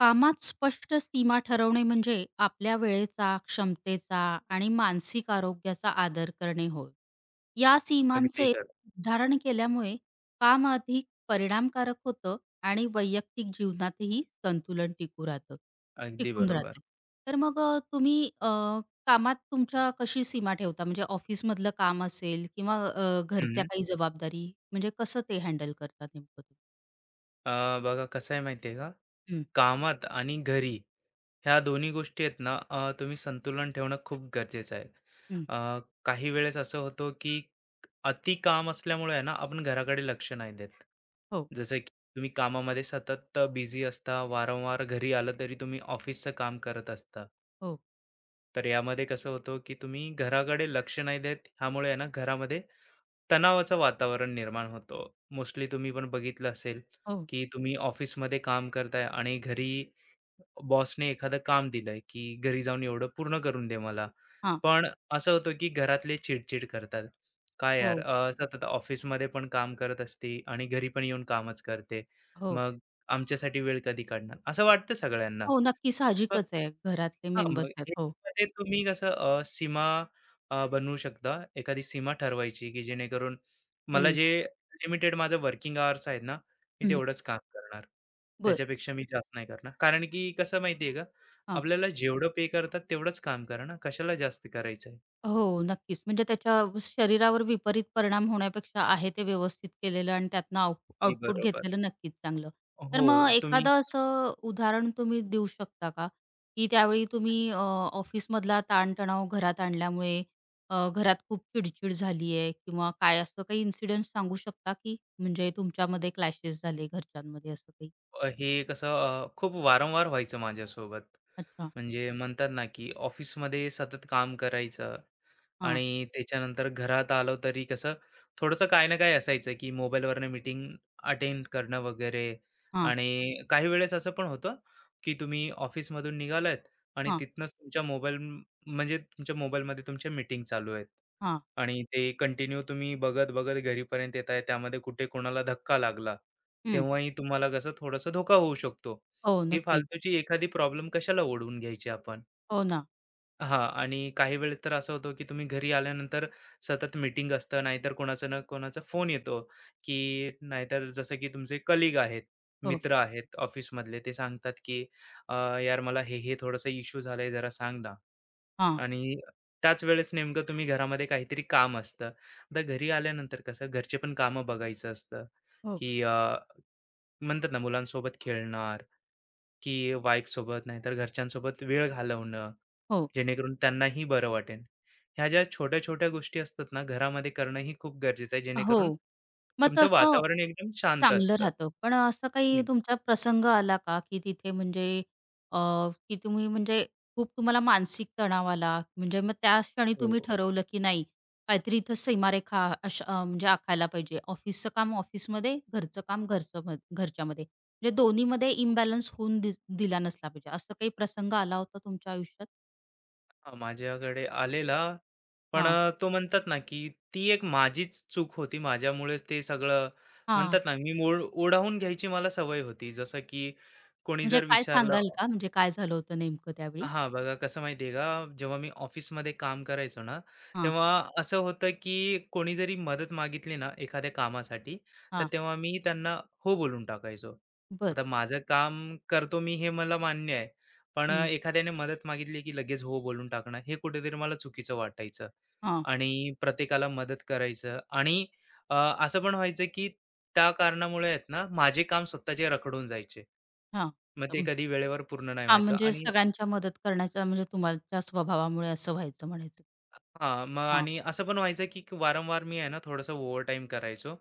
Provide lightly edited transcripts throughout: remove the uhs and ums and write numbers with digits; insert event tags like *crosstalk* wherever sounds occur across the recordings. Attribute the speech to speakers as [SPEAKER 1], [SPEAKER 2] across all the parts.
[SPEAKER 1] कामात स्पष्ट सीमा ठरवणे म्हणजे आपल्या वेळेचा, क्षमतेचा आणि मानसिक आरोग्याचा आदर करणे होय. या
[SPEAKER 2] अगदी
[SPEAKER 1] सीमांचे
[SPEAKER 2] खरं.
[SPEAKER 1] निर्धारण केल्यामुळे काम अधिक परिणामकारक होतं आणि वैयक्तिक जीवनातही संतुलन टिकू राहतं
[SPEAKER 2] अगदी
[SPEAKER 1] टिकून
[SPEAKER 2] बरोबर.
[SPEAKER 1] राहतं. तर मग तुम्ही कामात तुमच्या कशी सीमा ठेवता? म्हणजे ऑफिसमधलं काम असेल किंवा घरच्या
[SPEAKER 2] हं.
[SPEAKER 1] काही जबाबदारी म्हणजे कसं ते हँडल करता नेमकं तुम्ही?
[SPEAKER 2] बघा कसं आहे माहिती का?
[SPEAKER 1] हं,
[SPEAKER 2] कामात आणि घरी ह्या दोन्ही गोष्टी आहेत ना, तुम्ही संतुलन ठेवणं खूप गरजेचं आहे.
[SPEAKER 1] हं.
[SPEAKER 2] अ, काही वेळेस असं होतं की अति काम असल्यामुळे आहे ना, आपण घराकडे लक्ष नाही देत.
[SPEAKER 1] हो,
[SPEAKER 2] जसं की तुम्ही कामामध्ये सतत बिझी असता, वारंवार घरी आलं तरी तुम्ही ऑफिसचं काम करत असता.
[SPEAKER 1] हो,
[SPEAKER 2] तर यामध्ये कसं होतं, की तुम्ही घराकडे लक्ष नाही देत, ह्यामुळे आहे ना घरामध्ये तणावाचं वातावरण निर्माण होतं. मोस्टली तुम्ही पण बघितलं असेल,
[SPEAKER 1] हो.
[SPEAKER 2] की तुम्ही ऑफिसमध्ये काम करताय आणि घरी बॉसने एखादं काम दिलंय, की घरी जाऊन एवढं पूर्ण करून दे मला.
[SPEAKER 1] हां.
[SPEAKER 2] पण असं होतं, की घरातले चिडचिड करतात. काय यार
[SPEAKER 1] हो.
[SPEAKER 2] सतत ऑफिसमध्ये पण काम करत असते आणि घरी पण येऊन कामच करते.
[SPEAKER 1] हो.
[SPEAKER 2] मग आमच्यासाठी वेळ कधी काढणार? असं वाटतं सगळ्यांना.
[SPEAKER 1] हो, नक्की
[SPEAKER 2] मग
[SPEAKER 1] साहजिकच आहे. घरातले
[SPEAKER 2] मग
[SPEAKER 1] मेंबर्स आहेत. हो.
[SPEAKER 2] ह्याच्यामध्ये तुम्ही कसं सीमा बनवू शकता. एखादी सीमा ठरवायची, की जेणेकरून मला
[SPEAKER 1] हं.
[SPEAKER 2] जे लिमिटेड माझं वर्किंग अवर्स आहेत ना, मी
[SPEAKER 1] हं.
[SPEAKER 2] तेवढंच काम करणार.
[SPEAKER 1] बरं.
[SPEAKER 2] त्याच्यापेक्षा मी जास्त नाही करणार. कारण की कसं माहिती आहे का,
[SPEAKER 1] हां.
[SPEAKER 2] आपल्याला जेवढं पे करतात तेवढंच काम करा ना, कशाला जास्त करायचं आहे?
[SPEAKER 1] हो, नक्कीच. म्हणजे त्याच्या शरीरावर विपरीत परिणाम होण्यापेक्षा आहे ते व्यवस्थित केलेलं आणि त्यातनं
[SPEAKER 2] ते
[SPEAKER 1] आउटपुट
[SPEAKER 2] बरोबर.
[SPEAKER 1] घेतलेलं नक्कीच चांगलं. तर
[SPEAKER 2] हो,
[SPEAKER 1] मग
[SPEAKER 2] तुम्ही
[SPEAKER 1] एखादं असं उदाहरण तुम्ही देऊ शकता का? की त्यावेळी तुम्ही ऑफिसमधला ताणतणाव घरात आणल्यामुळे घरात खूप चिडचिड झाली आहे किंवा काय असं काही इन्सिडेंट सांगू शकता की म्हणजे तुमच्यामध्ये क्लॅशेस झाले घरच्यांमध्ये असं काही?
[SPEAKER 2] हे कसं खूप वारंवार व्हायचं माझ्यासोबत.
[SPEAKER 1] अच्छा.
[SPEAKER 2] म्हणजे म्हणतात ना, की ऑफिसमध्ये सतत काम करायचं
[SPEAKER 1] हां,
[SPEAKER 2] आणि त्याच्यानंतर घरात आलो तरी कसं थोडंसं काही ना काही असायचं की मोबाईलवरनं मीटिंग अटेंड करणं वगैरे.
[SPEAKER 1] हां.
[SPEAKER 2] आणि काही वेळेस असं पण होतं की तुम्ही ऑफिसमधून निघालात आणि
[SPEAKER 1] हां,
[SPEAKER 2] तिथनंच तुमच्या मोबाईल म्हणजे तुमच्या मोबाईलमध्ये तुमच्या मीटिंग चालू आहेत.
[SPEAKER 1] हां.
[SPEAKER 2] आणि ते कंटिन्यू तुम्ही बघत-बघत घरीपर्यंत येताय. त्यामध्ये कुठे कोणाला धक्का लागला,
[SPEAKER 1] हं.
[SPEAKER 2] तेव्हाही तुम्हाला कसं थोडंसं धोका होऊ शकतो.
[SPEAKER 1] हो,
[SPEAKER 2] ही
[SPEAKER 1] नक्कीच.
[SPEAKER 2] फालतूची एखादी प्रॉब्लेम कशाला ओढवून घ्यायची आपण?
[SPEAKER 1] हो ना.
[SPEAKER 2] हां आणि काही वेळेस तर असं होतं, की तुम्ही घरी आल्यानंतर सतत मीटिंग असतं, नाहीतर कोणाचा ना कोणाचा फोन येतो, की नाहीतर जसं की तुमचे कलीग आहेत,
[SPEAKER 1] हो.
[SPEAKER 2] मित्र आहेत ऑफिसमधले, ते सांगतात, की "अ, यार मला हे, हे थोडंसं इश्यू झालंय, जरा सांग ना."
[SPEAKER 1] हां.
[SPEAKER 2] आणि त्याच वेळेस नेमकं तुम्ही घरामध्ये काहीतरी काम असतं. आता घरी आल्यानंतर कसं घरचे पण कामं बघायचं असतं,
[SPEAKER 1] हो,
[SPEAKER 2] की म्हणतात ना मुलांसोबत खेळणं की वाईफसोबत नाहीतर घरच्यांसोबत वेळ घालवणं,
[SPEAKER 1] हो.
[SPEAKER 2] जेणेकरून त्यांनाही बरं वाटेल. ह्या ज्या छोट्या-छोट्या गोष्टी असतात ना, घरामध्ये करणंही खूप गरजेचं आहे, जेणेकरून
[SPEAKER 1] हो. मग
[SPEAKER 2] तुमचं
[SPEAKER 1] तसं
[SPEAKER 2] वातावरण एकदम शांत
[SPEAKER 1] चांगलं
[SPEAKER 2] असतं.
[SPEAKER 1] राहतं. पण असं काही
[SPEAKER 2] हं,
[SPEAKER 1] तुमचा प्रसंग आला का, की तिथे म्हणजे अ, की तुम्ही म्हणजे खूप तुम्हाला मानसिक तणाव आला, म्हणजे मग त्या क्षणी तुम्ही
[SPEAKER 2] हो.
[SPEAKER 1] ठरवलं, की नाही काहीतरी इथं सीमारेखा अशा म्हणजे आखायला पाहिजे. ऑफिसचं काम ऑफिसमध्ये, घरचं काम घरचं म घरच्यामध्ये. म्हणजे दोन्हीमध्ये इम्बॅलन्स होऊन दिला नसला पाहिजे. असं काही प्रसंग आला होता तुमच्या आयुष्यात?
[SPEAKER 2] हां, माझ्याकडे आलेला, पण
[SPEAKER 1] हां.
[SPEAKER 2] तो म्हणतात ना, की ती एक माझीच चूक होती. माझ्यामुळेच ते सगळं
[SPEAKER 1] हां.
[SPEAKER 2] म्हणतात ना, मी मूळ ओढावून घ्यायची मला सवय होती. जसं की कोणी
[SPEAKER 1] म्हणजे
[SPEAKER 2] जर
[SPEAKER 1] काय
[SPEAKER 2] विचारलं
[SPEAKER 1] सांगाल का? म्हणजे काय झालं होतं नेमकं त्यावेळी?
[SPEAKER 2] हां, बघा कसं माहिती आहे का, जेव्हा मी ऑफिसमध्ये काम करायचो ना,
[SPEAKER 1] हां,
[SPEAKER 2] तेव्हा असं होतं की कोणी जरी मदत मागितली ना एखाद्या कामासाठी, तर
[SPEAKER 1] हां.
[SPEAKER 2] तेव्हा मी त्यांना हो बोलून टाकायचो.
[SPEAKER 1] बरं.
[SPEAKER 2] आता माझं काम करतो मी हे मला मान्य आहे. पण
[SPEAKER 1] हं.
[SPEAKER 2] एखाद्याने मदत मागितली की लगेच हो बोलून टाकणं हे कुठेतरी मला चुकीचं वाटायचं
[SPEAKER 1] हां,
[SPEAKER 2] आणि प्रत्येकाला मदत करायचं आणि अ, असं पण व्हायचं की त्या कारणामुळे आहेत ना, माझे काम स्वतःचे रखडून जायचे.
[SPEAKER 1] हां.
[SPEAKER 2] मग ते
[SPEAKER 1] अं,
[SPEAKER 2] कधी वेळेवर पूर्ण नाही
[SPEAKER 1] हां,
[SPEAKER 2] व्हायचं
[SPEAKER 1] म्हणजे
[SPEAKER 2] आणि
[SPEAKER 1] सगळ्यांच्या मदत करण्याच्या म्हणजे तुमच्या स्वभावामुळे असं व्हायचं म्हणायचं.
[SPEAKER 2] हां, मग
[SPEAKER 1] हां.
[SPEAKER 2] आणि असं पण व्हायचं की की वारंवार मी आहे ना थोडंसं ओव्हरटाईम करायचो,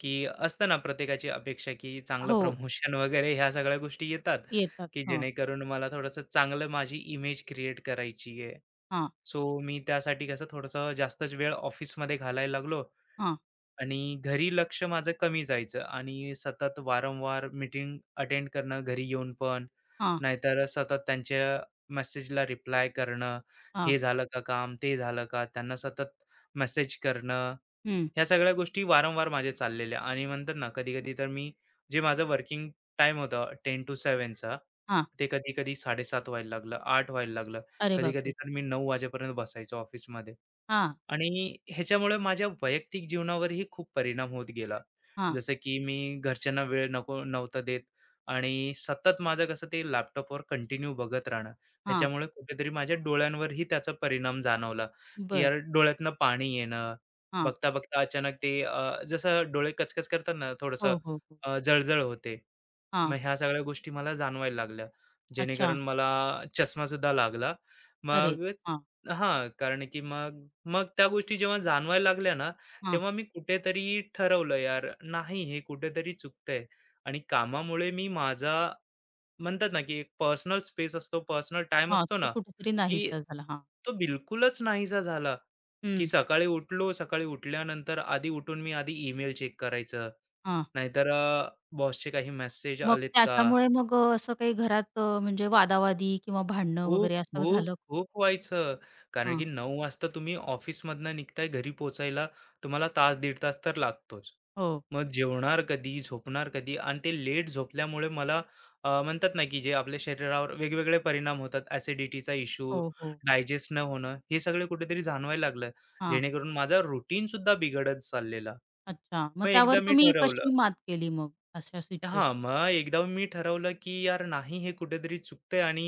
[SPEAKER 2] की असतं ना प्रत्येकाची अपेक्षा की चांगलं
[SPEAKER 1] हो,
[SPEAKER 2] प्रमोशन *laughs* वगैरे ह्या सगळ्या गोष्टी येतात,
[SPEAKER 1] येतात.
[SPEAKER 2] की
[SPEAKER 1] हां,
[SPEAKER 2] जेणेकरून मला थोडंसं चांगलं माझी इमेज क्रिएट करायची आहे.
[SPEAKER 1] हां,
[SPEAKER 2] सो मी त्यासाठी कसं थोडंसं जास्तच वेळ ऑफिसमध्ये घालायला लागलो
[SPEAKER 1] हां,
[SPEAKER 2] आणि घरी लक्ष माझं कमी जायचं आणि सतत वारंवार मीटिंग अटेंड करणं घरी येऊन पण
[SPEAKER 1] हां,
[SPEAKER 2] नाहीतर सतत त्यांच्या मेसेजला रिप्लाय करणं
[SPEAKER 1] हां.
[SPEAKER 2] हे झालं का काम ते झालं का त्यांना सतत मेसेज करणं
[SPEAKER 1] हं.
[SPEAKER 2] ह्या सगळ्या गोष्टी वारंवार माझे चाललेल्या आणि म्हणतात ना कधी कधी तर मी जे माझं वर्किंग टाइम होतं टेन टू सेवनचा
[SPEAKER 1] हां.
[SPEAKER 2] ते कधी कधी साडेसात व्हायला लागलं आठ व्हायला लागलं
[SPEAKER 1] अरे
[SPEAKER 2] कधी कधी
[SPEAKER 1] बापरे!
[SPEAKER 2] तर मी 9 वाजेपर्यंत बसायचो ऑफिसमध्ये
[SPEAKER 1] हां,
[SPEAKER 2] आणि ह्याच्यामुळे माझ्या वैयक्तिक जीवनावरही खूप परिणाम होत गेला.
[SPEAKER 1] हां,
[SPEAKER 2] जसं की मी घरच्यांना वेळ नको नव्हता देत आणि सतत माझं कसं ते लॅपटॉपवर कंटिन्यू बघत राहणं.
[SPEAKER 1] हां.
[SPEAKER 2] ह्याच्यामुळे कुठेतरी माझ्या डोळ्यांवरही त्याचा परिणाम जाणवला, की
[SPEAKER 1] बरं.
[SPEAKER 2] यार डोळ्यातनं पाणी येणं,
[SPEAKER 1] हां.
[SPEAKER 2] बघता-बघता अचानक ते जसं डोळे कचकच करतात ना थोडंसं
[SPEAKER 1] हो, हो, हो.
[SPEAKER 2] जळजळ होते. मग
[SPEAKER 1] हां.
[SPEAKER 2] ह्या सगळ्या गोष्टी मला जाणवायला लागल्या.
[SPEAKER 1] अच्छा.
[SPEAKER 2] जेणेकरून मला चष्मासुद्धा लागला.
[SPEAKER 1] अरे!
[SPEAKER 2] मग
[SPEAKER 1] हां,
[SPEAKER 2] हां, कारण की मग मग त्या गोष्टी जेव्हा जाणवायला लागल्या ना,
[SPEAKER 1] हां,
[SPEAKER 2] तेव्हा मी कुठेतरी ठरवलं यार नाही हे कुठेतरी चुकतंय आणि कामामुळे मी माझा म्हणतात ना, की एक पर्सनल स्पेस असतो, पर्सनल टाईम
[SPEAKER 1] हां.
[SPEAKER 2] असतो
[SPEAKER 1] तू
[SPEAKER 2] ना,
[SPEAKER 1] कुठेतरी
[SPEAKER 2] की
[SPEAKER 1] नाहीसा झाला. हां.
[SPEAKER 2] तो बिलकुलच नाहीसा झाला, की
[SPEAKER 1] हं.
[SPEAKER 2] सकाळी उठलो, सकाळी उठल्यानंतर आधी उठून मी आधी ईमेल चेक करायचं,
[SPEAKER 1] हां.
[SPEAKER 2] नाहीतर बॉसचे काही मेसेज
[SPEAKER 1] मग
[SPEAKER 2] आलेत का?
[SPEAKER 1] त्याच्यामुळे मग असं काही घरात म्हणजे वादावादी किंवा भांडणं
[SPEAKER 2] खूप,
[SPEAKER 1] वगैरे असं
[SPEAKER 2] खूप,
[SPEAKER 1] झालं?
[SPEAKER 2] खूप व्हायचं. कारण
[SPEAKER 1] हां.
[SPEAKER 2] की 9 वाजता तुम्ही ऑफिसमधनं निघताय घरी पोहोचायला तुम्हाला तास, दीड तास तर लागतोच.
[SPEAKER 1] हो,
[SPEAKER 2] मग जेवणार कधी, झोपणार कधी आणि ते लेट झोपल्यामुळे मला म्हणतात ना, की जे आपल्या शरीरावर वेगवेगळे परिणाम होतात. ॲसिडिटीचा इश्यू,
[SPEAKER 1] हो, हो.
[SPEAKER 2] डायजेस्ट न होणं, हे सगळे कुठेतरी जाणवायला लागलं.
[SPEAKER 1] हां.
[SPEAKER 2] जेणेकरून माझा रुटीनसुद्धा बिघडत चाललेला.
[SPEAKER 1] अच्छा. मग
[SPEAKER 2] मग
[SPEAKER 1] त्यावर
[SPEAKER 2] एकदा मी
[SPEAKER 1] तुम्ही कशी
[SPEAKER 2] ठरवलं
[SPEAKER 1] मात केली मग अशा
[SPEAKER 2] हां,
[SPEAKER 1] सिच्युएशन?
[SPEAKER 2] मग एकदा मी ठरवलं की यार नाही हे कुठेतरी चुकतंय आणि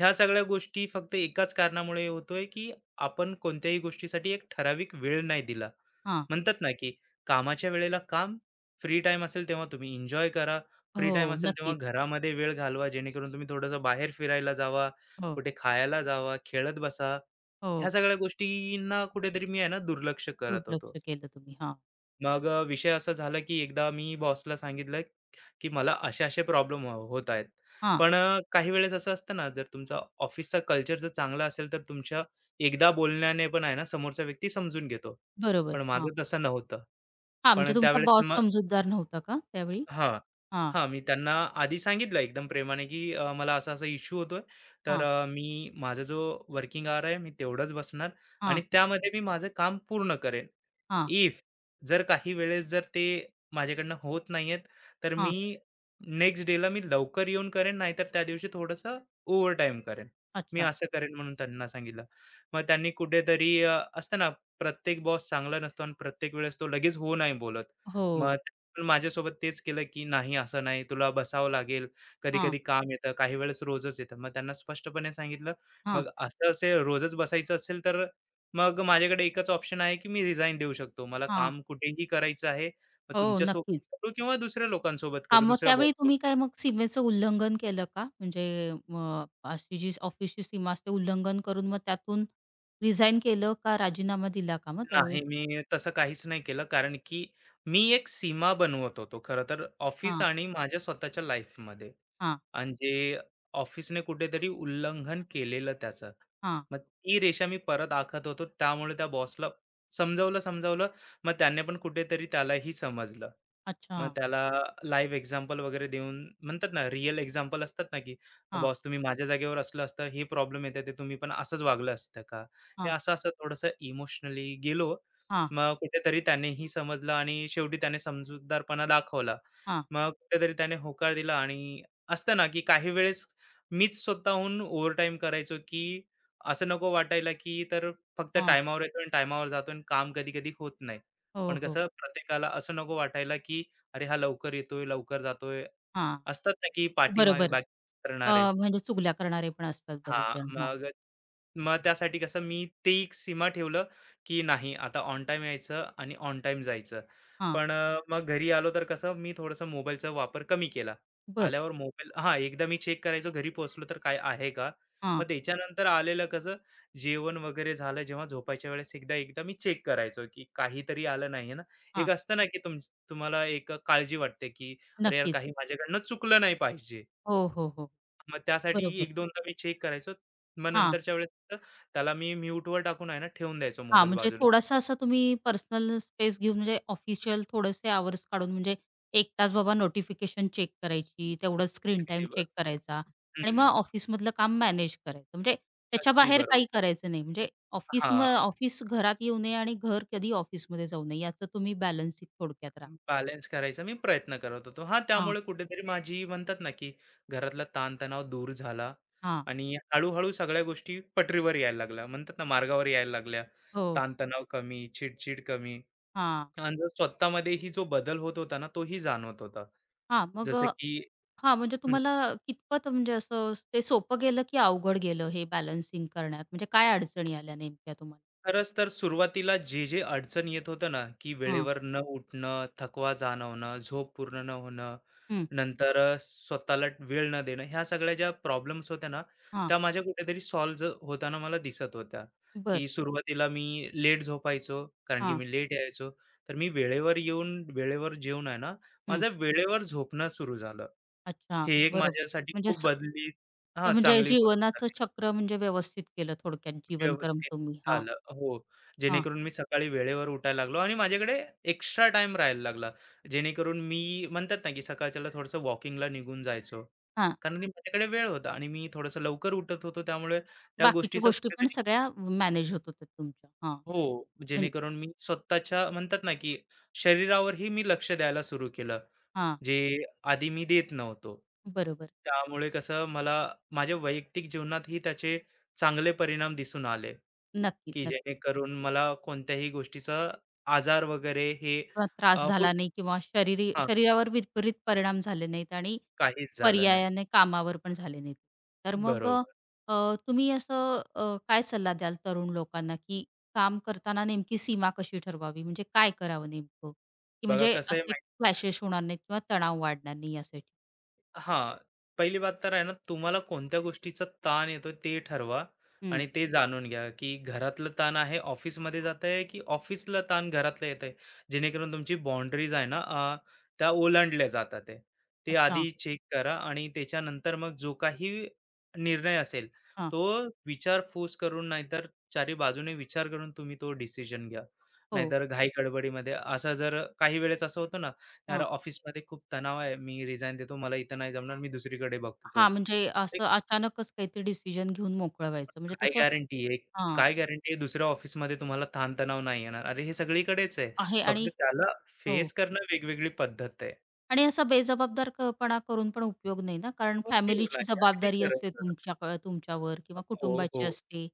[SPEAKER 2] ह्या सगळ्या गोष्टी फक्त एकाच कारणामुळे होतोय की आपण कोणत्याही गोष्टीसाठी एक ठराविक वेळ नाही दिला.
[SPEAKER 1] हां.
[SPEAKER 2] म्हणतात ना की कामाच्या वेळेला काम, फ्री टाइम असेल तेव्हा तुम्ही एन्जॉय करा, फ्री टाईम
[SPEAKER 1] हो.
[SPEAKER 2] असेल तेव्हा
[SPEAKER 1] नक्कीच.
[SPEAKER 2] घरामध्ये वेळ घालवा जेणेकरून तुम्ही थोडंसं बाहेर फिरायला जावा,
[SPEAKER 1] हो,
[SPEAKER 2] कुठे खायला जावा, खेळत बसा. ह्या
[SPEAKER 1] हो.
[SPEAKER 2] सगळ्या गोष्टींना कुठेतरी मी आहे ना दुर्लक्ष करत होतो.
[SPEAKER 1] दुर्लक्ष केलं तुम्ही. हां,
[SPEAKER 2] मग विषय असा झाला की एकदा मी बॉसला सांगितलं की मला असे-असे प्रॉब्लेम होत आहेत.
[SPEAKER 1] हां.
[SPEAKER 2] पण काही वेळेस असं असतं ना, जर तुमचा ऑफिसचा कल्चर जर चांगला असेल, तर तुमच्या एकदा बोलण्याने पण आहे ना, समोरचा व्यक्ती समजून घेतो.
[SPEAKER 1] बरोबर.
[SPEAKER 2] पण
[SPEAKER 1] हां.
[SPEAKER 2] माझं तसं नव्हतं.
[SPEAKER 1] हां,
[SPEAKER 2] पण
[SPEAKER 1] म्हणजे तुमचा
[SPEAKER 2] त्यावेळेस
[SPEAKER 1] बॉस
[SPEAKER 2] मग
[SPEAKER 1] समजूतदार नव्हता का त्यावेळी?
[SPEAKER 2] हां.
[SPEAKER 1] हां,
[SPEAKER 2] हां, मी त्यांना आधी सांगितलं एकदम प्रेमाने, की मला असा-असा इश्यू होतोय. तर
[SPEAKER 1] हां,
[SPEAKER 2] मी माझा जो वर्किंग आवर आहे, मी तेवढंच बसणार
[SPEAKER 1] हां,
[SPEAKER 2] आणि त्यामध्ये मी माझं काम पूर्ण करेन.
[SPEAKER 1] हां,
[SPEAKER 2] इफ जर काही वेळेस जर ते माझ्याकडनं होत नाहीयेत, तर मी
[SPEAKER 1] हां.
[SPEAKER 2] नेक्स्ट डेला मी लवकर येऊन करेन, नाहीतर त्या दिवशी थोडंसं ओव्हरटाईम करेन. मी
[SPEAKER 1] अच्छा.
[SPEAKER 2] असं करेन म्हणून त्यांना सांगितलं. मग त्यांनी कुठेतरी असतं ना, प्रत्येक बॉस चांगला नसतो आणि प्रत्येक वेळेस तो लगेच हो नाही बोलत. मग
[SPEAKER 1] हो.
[SPEAKER 2] पण माझ्यासोबत तेच केलं, की "नाही, असं नाही, तुला बसावं लागेल.
[SPEAKER 1] हां,
[SPEAKER 2] कधी-कधी काम येतं, काही वेळेस रोजच येतं." मग त्यांना स्पष्टपणे सांगितलं,
[SPEAKER 1] हां,
[SPEAKER 2] "मग असं असेल रोजच बसायचं असेल, तर मग माझ्याकडे एकच ऑप्शन आहे, की मी रिझाइन देऊ शकतो. मला
[SPEAKER 1] हां.
[SPEAKER 2] काम कुठेही करायचं आहे, मग
[SPEAKER 1] हो, नक्कीच.
[SPEAKER 2] तुमच्यासोबत करू किंवा दुसऱ्या लोकांसोबत
[SPEAKER 1] हां,
[SPEAKER 2] करू,
[SPEAKER 1] मग
[SPEAKER 2] दुसऱ्या
[SPEAKER 1] त्यावेळी तुम्ही
[SPEAKER 2] बॉससोबत."
[SPEAKER 1] काय मग सीमेचं उल्लंघन केलं का? म्हणजे मग अशी जी ऑफिसची सीमा असते उल्लंघन करून मग त्यातून रिझाइन केलं का राजीनामा दिला का मग त्यावेळी?
[SPEAKER 2] नाही, मी तसं काहीच नाही केलं. कारण की मी एक सीमा बनवत होतो खरं तर ऑफिस
[SPEAKER 1] हां,
[SPEAKER 2] आणि माझ्या स्वतःच्या लाईफमध्ये.
[SPEAKER 1] हां,
[SPEAKER 2] आणि जे ऑफिसने कुठेतरी उल्लंघन केलेलं त्याचं.
[SPEAKER 1] हां.
[SPEAKER 2] मग ती रेषा मी परत आखत होतो. त्यामुळे त्या बॉसला समजावलं, समजावलं. मग त्याने पण कुठेतरी त्यालाही समजलं.
[SPEAKER 1] अच्छा.
[SPEAKER 2] मग त्याला लाईव्ह एक्झाम्पल वगैरे देऊन म्हणतात ना, रिअल एक्झाम्पल असतात ना, की
[SPEAKER 1] हां,
[SPEAKER 2] "बॉस तुम्ही माझ्या जागेवर असलं असतं, हे प्रॉब्लेम येते, ते तुम्ही पण असंच वागलं असतं का?" हे
[SPEAKER 1] हां,
[SPEAKER 2] असं-असं थोडंसं इमोशनली गेलो.
[SPEAKER 1] हां,
[SPEAKER 2] मग कुठेतरी त्यानेही समजलं आणि शेवटी त्याने समजूतदारपणा दाखवला.
[SPEAKER 1] हां,
[SPEAKER 2] मग कुठेतरी त्याने होकार दिला आणि असतं ना, की काही वेळेस मीच स्वतःहून ओव्हरटाईम करायचो, की असं नको वाटायला, की तर फक्त
[SPEAKER 1] हां.
[SPEAKER 2] टायमावर येतो आणि टायमावर जातो आणि काम कधी-कधी होत नाही.
[SPEAKER 1] हो,
[SPEAKER 2] पण
[SPEAKER 1] हो.
[SPEAKER 2] कसं प्रत्येकाला असं नको वाटायला, की "अरे, हा लवकर येतोय, लवकर जातोय."
[SPEAKER 1] हां,
[SPEAKER 2] असतात ना, की पाठीमागे
[SPEAKER 1] बरोबर.
[SPEAKER 2] बाकी
[SPEAKER 1] अ,
[SPEAKER 2] करणारे.
[SPEAKER 1] म्हणजे चुगल्या करणारे पण असतात बरेच
[SPEAKER 2] हां,
[SPEAKER 1] जण. हां,
[SPEAKER 2] मग मग त्यासाठी कसं मी ते एक सीमा ठेवलं, की नाही आता ऑन टाईम यायचं आणि ऑन टाईम जायचं.
[SPEAKER 1] हां.
[SPEAKER 2] पण मग घरी आलो तर कसं मी थोडंसं मोबाईलचा वापर कमी केला.
[SPEAKER 1] बरं.
[SPEAKER 2] आल्यावर मोबाईल हां, एकदा मी चेक करायचो घरी पोहोचलो तर काय आहे का? मग
[SPEAKER 1] हां,
[SPEAKER 2] त्याच्यानंतर आलेलं कसं जेवण वगैरे झालं जेव्हा झोपायच्या वेळेस एकदा एकदा मी चेक करायचो, की काहीतरी आलं नाहीये ना.
[SPEAKER 1] हां.
[SPEAKER 2] एक असतं ना, की तुम्हाला एक काळजी वाटते, की अरे यार
[SPEAKER 1] नक्कीच.
[SPEAKER 2] काही माझ्याकडनं चुकलं नाही पाहिजे.
[SPEAKER 1] हो, हो, हो.
[SPEAKER 2] मग त्यासाठी
[SPEAKER 1] बरोबर.
[SPEAKER 2] एक 2दा मी चेक करायचो. मग
[SPEAKER 1] हां.
[SPEAKER 2] नंतरच्या वेळेस तर त्याला मी म्यूटवर टाकून आहे ना, ठेवून द्यायचो
[SPEAKER 1] हां,
[SPEAKER 2] मोबाईल
[SPEAKER 1] म्हणजे
[SPEAKER 2] बाजूला.
[SPEAKER 1] थोडासा असा तुम्ही पर्सनल स्पेस घेऊन म्हणजे ऑफिशियल थोडेसे आवर्स काढून म्हणजे 1 तास बाबा नोटिफिकेशन चेक करायची, तेवढाच स्क्रीन टाइम
[SPEAKER 2] अगदी
[SPEAKER 1] चेक
[SPEAKER 2] बरोबर.
[SPEAKER 1] करायचा आणि मग
[SPEAKER 2] हं.
[SPEAKER 1] ऑफिसमधलं काम मॅनेज करायचं. म्हणजे त्याच्या
[SPEAKER 2] अगदी
[SPEAKER 1] बाहेर
[SPEAKER 2] बरोबर.
[SPEAKER 1] काही करायचं नाही. म्हणजे
[SPEAKER 2] हां,
[SPEAKER 1] ऑफिस घरात येऊ नये आणि घर कधी ऑफिसमध्ये जाऊ नये याचं तुम्ही बॅलन्सिंग थोडक्यात राखा.
[SPEAKER 2] बॅलन्स करायचा मी प्रयत्न करत होतो. हां,
[SPEAKER 1] हां,
[SPEAKER 2] त्यामुळे कुठेतरी माझी म्हणतात ना, की घरातला ताणतणाव दूर झाला
[SPEAKER 1] हां.
[SPEAKER 2] आणि हळू सगळ्या गोष्टी पटरीवर यायला लागल्या. म्हणतात ना, मार्गावर यायला लागल्या.
[SPEAKER 1] हो.
[SPEAKER 2] ताणतणाव कमी, चिडचिड कमी
[SPEAKER 1] हां,
[SPEAKER 2] आणि जर स्वतःमध्ये ही जो बदल होत होता ना, तोही जाणवत होता.
[SPEAKER 1] हां. मग
[SPEAKER 2] जसं की
[SPEAKER 1] हां, म्हणजे तुम्हाला कितपत म्हणजे असं ते सोपं गेलं की अवघड गेलं हे बॅलन्सिंग करण्यात? म्हणजे काय अडचणी आल्या नेमक्या तुम्हाला?
[SPEAKER 2] खरंच तर सुरुवातीला जे जे अडचण येत होतं ना, की वेळेवर न उठणं, थकवा जाणवणं, झोप पूर्ण न होणं,
[SPEAKER 1] हं,
[SPEAKER 2] नंतर स्वतःला वेळ न देणं, ह्या सगळ्या ज्या प्रॉब्लेम्स होत्या ना,
[SPEAKER 1] हां,
[SPEAKER 2] त्या माझ्या कुठेतरी सॉल्व्ह होताना मला दिसत होत्या,
[SPEAKER 1] बर,
[SPEAKER 2] की सुरुवातीला मी लेट झोपायचो, कारण की
[SPEAKER 1] हां,
[SPEAKER 2] मी लेट यायचो. तर मी वेळेवर येऊन वेळेवर जेवून आहे ना,
[SPEAKER 1] हं.
[SPEAKER 2] माझं वेळेवर झोपणं सुरू झालं.
[SPEAKER 1] अच्छा,
[SPEAKER 2] हे एक
[SPEAKER 1] बरोबर.
[SPEAKER 2] माझ्यासाठी
[SPEAKER 1] म्हणजे
[SPEAKER 2] खूप
[SPEAKER 1] स
[SPEAKER 2] बदली हां,
[SPEAKER 1] म्हणजे
[SPEAKER 2] चांगली गोष्ट
[SPEAKER 1] जीवनाचं
[SPEAKER 2] झाली.
[SPEAKER 1] चक्र म्हणजे व्यवस्थित केलं थोडक्यात जीवनक्रम
[SPEAKER 2] व्यवस्थित
[SPEAKER 1] तुम्ही. हां,
[SPEAKER 2] झालं. हो,
[SPEAKER 1] हां,
[SPEAKER 2] जेणेकरून मी सकाळी वेळेवर उठायला लागलो आणि माझ्याकडे एक्स्ट्रा टाईम राहायला लागला. जेणेकरून मी म्हणतात ना, की सकाळच्याला थोडंसं वॉकिंगला निघून जायचो.
[SPEAKER 1] हां.
[SPEAKER 2] कारण की माझ्याकडे वेळ होता आणि मी थोडंसं लवकर उठत होतो. त्यामुळे त्या
[SPEAKER 1] बाकीच्या
[SPEAKER 2] गोष्टीचा
[SPEAKER 1] गोष्टी पण
[SPEAKER 2] कुठेतरी
[SPEAKER 1] सगळ्या मॅनेज होत होत्या तुमच्या. हां,
[SPEAKER 2] हो,
[SPEAKER 1] म्हण
[SPEAKER 2] जेणेकरून मी स्वतःच्या म्हणतात ना, की शरीरावरही मी लक्ष द्यायला सुरू केलं,
[SPEAKER 1] हां,
[SPEAKER 2] जे आधी मी देत नव्हतो.
[SPEAKER 1] बरोबर.
[SPEAKER 2] त्यामुळे कसं मला माझ्या वैयक्तिक जीवनातही त्याचे चांगले परिणाम दिसून आले.
[SPEAKER 1] नक्कीच,
[SPEAKER 2] की
[SPEAKER 1] नक्कीच.
[SPEAKER 2] जेणेकरून मला कोणत्याही गोष्टीचा आजार वगैरे हे अ,
[SPEAKER 1] त्रास
[SPEAKER 2] होत
[SPEAKER 1] झाला नाही किंवा
[SPEAKER 2] हां,
[SPEAKER 1] शरीरावर विपरीत परिणाम झाले नाहीत आणि
[SPEAKER 2] काहीच झालं नाही.
[SPEAKER 1] पर्यायाने कामावर पण झाले नाहीत. तर मग
[SPEAKER 2] बरोबर.
[SPEAKER 1] तुम्ही असं काय सल्ला द्याल तरुण लोकांना, की काम करताना नेमकी सीमा कशी ठरवावी? म्हणजे काय करावं नेमकं? की
[SPEAKER 2] बघा
[SPEAKER 1] म्हणजे
[SPEAKER 2] कसं आहे
[SPEAKER 1] असे क्लॅशेस होणार नाहीत किंवा तणाव वाढणार नाही यासाठी?
[SPEAKER 2] हां, पहिली बात तर आहे ना, तुम्हाला कोणत्या गोष्टीचा ताण येतो ते ठरवा
[SPEAKER 1] हं.
[SPEAKER 2] आणि ते जाणून घ्या, की घरातलं ताण आहे ऑफिसमध्ये जात आहे, की ऑफिसला ताण घरातला येत आहे. जेणेकरून तुमची बाउंडरीज आहे ना, त्या ओलांडल्या जातात आहे. ते
[SPEAKER 1] अच्छा.
[SPEAKER 2] आधी चेक करा आणि त्याच्यानंतर मग जो काही निर्णय असेल,
[SPEAKER 1] हां.
[SPEAKER 2] तो विचारपूस करून नाहीतर चारी बाजूने विचार करून तुम्ही तो डिसिजन घ्या.
[SPEAKER 1] हो.
[SPEAKER 2] नाहीतर घाई गडबडीमध्ये असा जर काही वेळेस असं होतं ना, "अरे,
[SPEAKER 1] हां.
[SPEAKER 2] ऑफिसमध्ये खूप तणाव आहे. मी रिझाइन देतो. मला इथं नाही जमणार. मी दुसरीकडे बघतो."
[SPEAKER 1] हां, म्हणजे
[SPEAKER 2] ते
[SPEAKER 1] असं अचानकच काहीतरी डिसिजन घेऊन मोकळं व्हायचं म्हणजे
[SPEAKER 2] काय
[SPEAKER 1] तसं
[SPEAKER 2] गॅरंटी आहे?
[SPEAKER 1] हां,
[SPEAKER 2] काय गॅरंटी आहे दुसऱ्या ऑफिसमध्ये तुम्हाला ताणतणाव नाही येणार? अरे, हे सगळीकडेच आहे.
[SPEAKER 1] आहे
[SPEAKER 2] फक्त
[SPEAKER 1] आणि
[SPEAKER 2] त्याला
[SPEAKER 1] हो.
[SPEAKER 2] फेस करणं वेगवेगळी पद्धत आहे.
[SPEAKER 1] आणि असा बेजबाबदार पणा करून पण उपयोग नाही ना, कारण
[SPEAKER 2] उपयोग
[SPEAKER 1] फॅमिलीची
[SPEAKER 2] नाही. अगदी
[SPEAKER 1] जबाबदारी
[SPEAKER 2] खरं,
[SPEAKER 1] असते
[SPEAKER 2] खरं.
[SPEAKER 1] तुमच्यावर किंवा
[SPEAKER 2] हो,
[SPEAKER 1] कुटुंबाची
[SPEAKER 2] हो.
[SPEAKER 1] असते.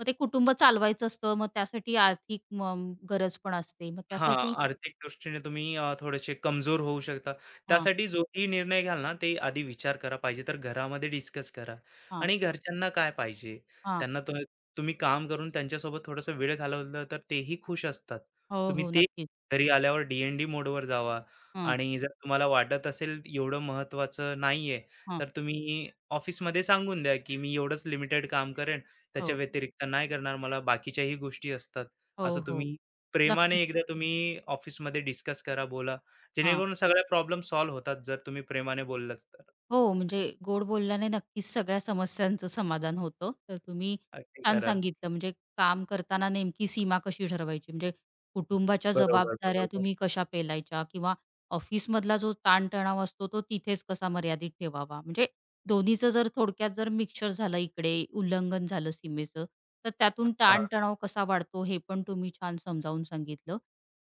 [SPEAKER 1] मग ते कुटुंब चालवायचं असतं, मग त्यासाठी आर्थिक गरज पण असते. मग
[SPEAKER 2] हां,
[SPEAKER 1] त्यासाठी
[SPEAKER 2] आर्थिक दृष्टीने तुम्ही थोडेसे कमजोर होऊ शकता.
[SPEAKER 1] हां,
[SPEAKER 2] त्यासाठी जोही निर्णय घ्याल ना, ते आधी विचार करा. पाहिजे तर घरामध्ये डिस्कस करा
[SPEAKER 1] हां,
[SPEAKER 2] आणि घरच्यांना काय पाहिजे?
[SPEAKER 1] हां.
[SPEAKER 2] त्यांना तुम्ही तुम्ही काम करून त्यांच्यासोबत थोडासा वेळ घालवला तर तेही खुश असतात.
[SPEAKER 1] हो,
[SPEAKER 2] तुम्ही
[SPEAKER 1] हो.
[SPEAKER 2] ते
[SPEAKER 1] नक्कीच.
[SPEAKER 2] घरी आल्यावर डी मोडवर जावा
[SPEAKER 1] हं,
[SPEAKER 2] आणि जर तुम्हाला वाटत असेल एवढं महत्त्वाचं नाहीये,
[SPEAKER 1] हं.
[SPEAKER 2] तर तुम्ही ऑफिसमध्ये सांगून द्या, की मी एवढंच लिमिटेड काम करेन. त्याच्या
[SPEAKER 1] हो.
[SPEAKER 2] व्यतिरिक्त नाही करणार. मला बाकीच्याही गोष्टी असतात. असं
[SPEAKER 1] हो, हो.
[SPEAKER 2] तुम्ही प्रेमाने
[SPEAKER 1] नक्कीच.
[SPEAKER 2] एकदा तुम्ही ऑफिसमध्ये डिस्कस करा, बोला. जेणेकरून सगळ्या प्रॉब्लेम सॉल्व्ह होतात जर तुम्ही प्रेमाने बोललात तर.
[SPEAKER 1] हो, म्हणजे गोड बोलल्याने नक्कीच सगळ्या समस्यांचं समाधान होतं. तर तुम्ही
[SPEAKER 2] अगदी
[SPEAKER 1] छान
[SPEAKER 2] खरं.
[SPEAKER 1] सांगितलं, म्हणजे काम करताना नेमकी सीमा कशी ठरवायची, म्हणजे कुटुंबाच्या
[SPEAKER 2] बरोबर,
[SPEAKER 1] जबाबदाऱ्या
[SPEAKER 2] बरोबर.
[SPEAKER 1] तुम्ही कशा पेलायच्या किंवा ऑफिसमधला जो ताणतणाव असतो, तो तिथेच कसा मर्यादित ठेवावा. म्हणजे दोन्हीचं जर थोडक्यात जर मिक्सचर झालं, इकडे उल्लंघन झालं सीमेचं, तर त्यातून
[SPEAKER 2] हां,
[SPEAKER 1] ताणतणाव कसा वाढतो, हे पण तुम्ही छान समजावून सांगितलं.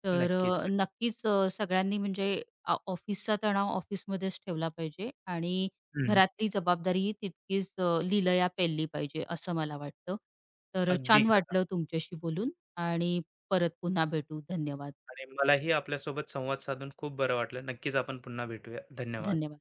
[SPEAKER 1] तर
[SPEAKER 2] नक्कीच.
[SPEAKER 1] नक्कीच सगळ्यांनी म्हणजे ऑफिसचा तणाव ऑफिसमध्येच ठेवला पाहिजे आणि
[SPEAKER 2] हं,
[SPEAKER 1] घरातली जबाबदारीही तितकीच लिलया पेलली पाहिजे असं मला वाटतं. तर
[SPEAKER 2] अगदी
[SPEAKER 1] छान
[SPEAKER 2] खरं
[SPEAKER 1] वाटलं तुमच्याशी बोलून आणि परत पुन्हा भेटू. धन्यवाद.
[SPEAKER 2] आणि मलाही आपल्यासोबत संवाद साधून खूप बरं वाटलं. नक्कीच आपण पुन्हा भेटूया. धन्यवाद.
[SPEAKER 1] धन्यवाद.